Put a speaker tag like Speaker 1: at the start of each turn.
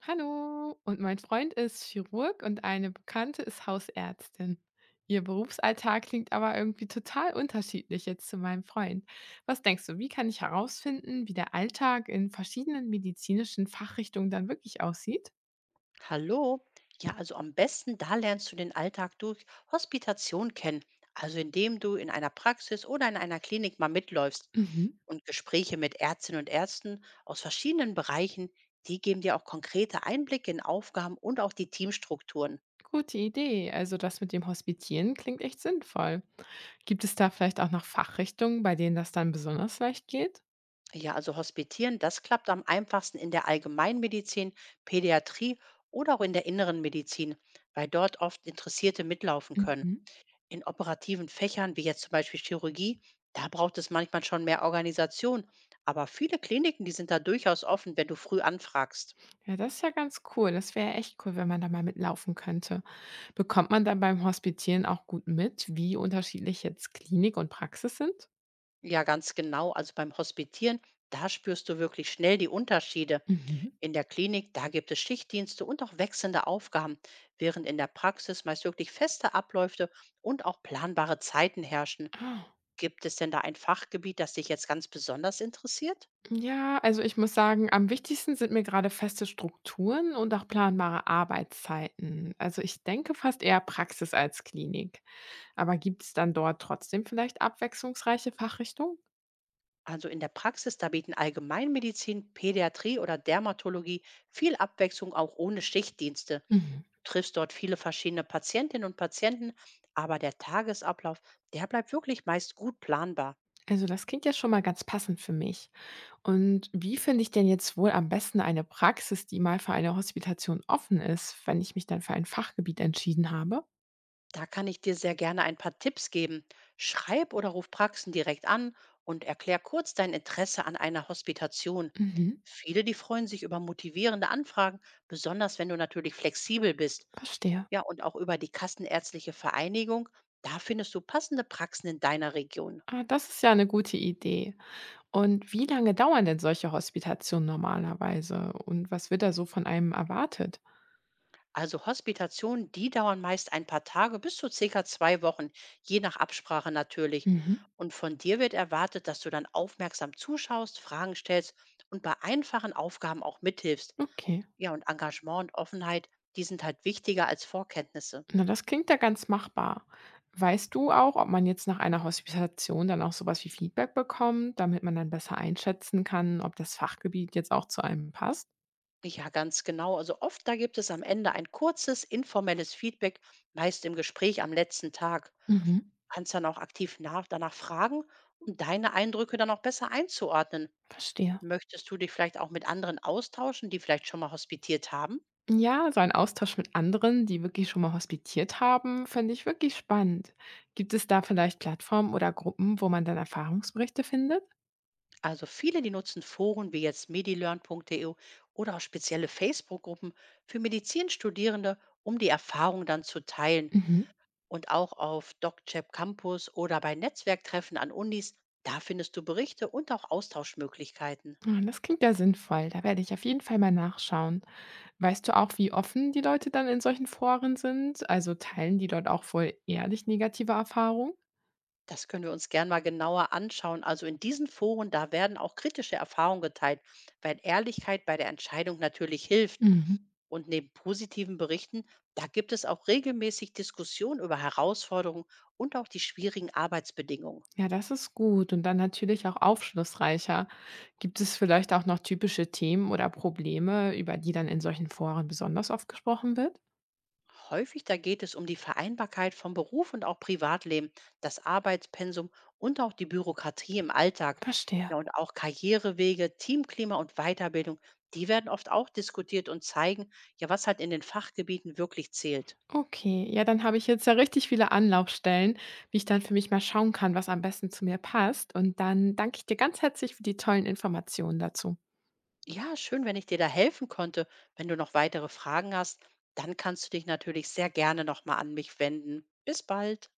Speaker 1: Hallo, und mein Freund ist Chirurg und eine Bekannte ist Hausärztin. Ihr Berufsalltag klingt aber irgendwie total unterschiedlich jetzt zu meinem Freund. Was denkst du, wie kann ich herausfinden, wie der Alltag in verschiedenen medizinischen Fachrichtungen dann wirklich aussieht?
Speaker 2: Hallo. Ja, also am besten, da lernst du den Alltag durch Hospitation kennen, also indem du in einer Praxis oder in einer Klinik mal mitläufst.
Speaker 1: Mhm.
Speaker 2: Und Gespräche mit Ärztinnen und Ärzten aus verschiedenen Bereichen, die geben dir auch konkrete Einblicke in Aufgaben und auch die Teamstrukturen.
Speaker 1: Gute Idee. Also das mit dem Hospitieren klingt echt sinnvoll. Gibt es da vielleicht auch noch Fachrichtungen, bei denen das dann besonders leicht geht?
Speaker 2: Ja, also Hospitieren, das klappt am einfachsten in der Allgemeinmedizin, Pädiatrie oder auch in der inneren Medizin, weil dort oft Interessierte mitlaufen können.
Speaker 1: Mhm.
Speaker 2: In operativen Fächern, wie jetzt zum Beispiel Chirurgie, da braucht es manchmal schon mehr Organisation. Aber viele Kliniken, die sind da durchaus offen, wenn du früh anfragst.
Speaker 1: Ja, das ist ja ganz cool. Das wäre echt cool, wenn man da mal mitlaufen könnte. Bekommt man dann beim Hospitieren auch gut mit, wie unterschiedlich jetzt Klinik und Praxis sind?
Speaker 2: Ja, ganz genau. Also beim Hospitieren, da spürst du wirklich schnell die Unterschiede.
Speaker 1: Mhm.
Speaker 2: In der Klinik, da gibt es Schichtdienste und auch wechselnde Aufgaben, während in der Praxis meist wirklich feste Abläufe und auch planbare Zeiten herrschen.
Speaker 1: Ah.
Speaker 2: Gibt es denn da ein Fachgebiet, das dich jetzt ganz besonders interessiert?
Speaker 1: Ja, also ich muss sagen, am wichtigsten sind mir gerade feste Strukturen und auch planbare Arbeitszeiten. Also ich denke fast eher Praxis als Klinik. Aber gibt es dann dort trotzdem vielleicht abwechslungsreiche Fachrichtungen?
Speaker 2: Also in der Praxis, da bieten Allgemeinmedizin, Pädiatrie oder Dermatologie viel Abwechslung auch ohne Schichtdienste.
Speaker 1: Mhm.
Speaker 2: Du triffst dort viele verschiedene Patientinnen und Patienten, aber der Tagesablauf, der bleibt wirklich meist gut planbar.
Speaker 1: Also das klingt ja schon mal ganz passend für mich. Und wie finde ich denn jetzt wohl am besten eine Praxis, die mal für eine Hospitation offen ist, wenn ich mich dann für ein Fachgebiet entschieden habe?
Speaker 2: Da kann ich dir sehr gerne ein paar Tipps geben. Schreib oder ruf Praxen direkt an und erklär kurz dein Interesse an einer Hospitation.
Speaker 1: Mhm,
Speaker 2: Viele, die freuen sich über motivierende Anfragen, besonders wenn du natürlich flexibel bist.
Speaker 1: verstehe.
Speaker 2: Ja, und auch über die Kassenärztliche Vereinigung. Da findest du passende Praxen in deiner Region.
Speaker 1: Ah, das ist ja eine gute Idee. Und wie lange dauern denn solche Hospitationen normalerweise und was wird da so von einem erwartet?
Speaker 2: Also Hospitationen, die dauern meist ein paar Tage bis zu circa 2 Wochen, je nach Absprache natürlich.
Speaker 1: Mhm,
Speaker 2: Und von dir wird erwartet, dass du dann aufmerksam zuschaust, Fragen stellst und bei einfachen Aufgaben auch mithilfst.
Speaker 1: okay.
Speaker 2: Ja, und Engagement und Offenheit, die sind halt wichtiger als Vorkenntnisse.
Speaker 1: Na, das klingt ja ganz machbar. Weißt du auch, ob man jetzt nach einer Hospitation dann auch sowas wie Feedback bekommt, damit man dann besser einschätzen kann, ob das Fachgebiet jetzt auch zu einem passt?
Speaker 2: Ja, ganz genau. Also oft, da gibt es am Ende ein kurzes, informelles Feedback, meist im Gespräch am letzten Tag.
Speaker 1: Mhm,
Speaker 2: Kannst dann auch aktiv danach fragen, um deine Eindrücke dann auch besser einzuordnen.
Speaker 1: verstehe.
Speaker 2: Möchtest du dich vielleicht auch mit anderen austauschen, die vielleicht schon mal hospitiert haben?
Speaker 1: Ja, so ein Austausch mit anderen, die wirklich schon mal hospitiert haben, finde ich wirklich spannend. Gibt es da vielleicht Plattformen oder Gruppen, wo man dann Erfahrungsberichte findet?
Speaker 2: Also viele, die nutzen Foren wie jetzt medilearn.de oder auch spezielle Facebook-Gruppen für Medizinstudierende, um die Erfahrung dann zu teilen.
Speaker 1: Mhm.
Speaker 2: Und auch auf DocChap Campus oder bei Netzwerktreffen an Unis, da findest du Berichte und auch Austauschmöglichkeiten.
Speaker 1: Ah, das klingt ja sinnvoll. Da werde ich auf jeden Fall mal nachschauen. Weißt du auch, wie offen die Leute dann in solchen Foren sind? Also teilen die dort auch wohl ehrlich negative Erfahrungen?
Speaker 2: Das können wir uns gern mal genauer anschauen. Also in diesen Foren, da werden auch kritische Erfahrungen geteilt, weil Ehrlichkeit bei der Entscheidung natürlich hilft.
Speaker 1: Mhm.
Speaker 2: Und neben positiven Berichten, da gibt es auch regelmäßig Diskussionen über Herausforderungen und auch die schwierigen Arbeitsbedingungen.
Speaker 1: Ja, das ist gut und dann natürlich auch aufschlussreicher. Gibt es vielleicht auch noch typische Themen oder Probleme, über die dann in solchen Foren besonders oft gesprochen wird?
Speaker 2: Häufig da geht es um die Vereinbarkeit von Beruf und auch Privatleben, das Arbeitspensum und auch die Bürokratie im Alltag.
Speaker 1: Verstehe.
Speaker 2: Ja, und auch Karrierewege, Teamklima und Weiterbildung, die werden oft auch diskutiert und zeigen, ja, was halt in den Fachgebieten wirklich zählt.
Speaker 1: Okay, ja, dann habe ich jetzt ja richtig viele Anlaufstellen, wie ich dann für mich mal schauen kann, was am besten zu mir passt. Und dann danke ich dir ganz herzlich für die tollen Informationen dazu.
Speaker 2: Ja, schön, wenn ich dir da helfen konnte. Wenn du noch weitere Fragen hast, dann kannst du dich natürlich sehr gerne nochmal an mich wenden. Bis bald.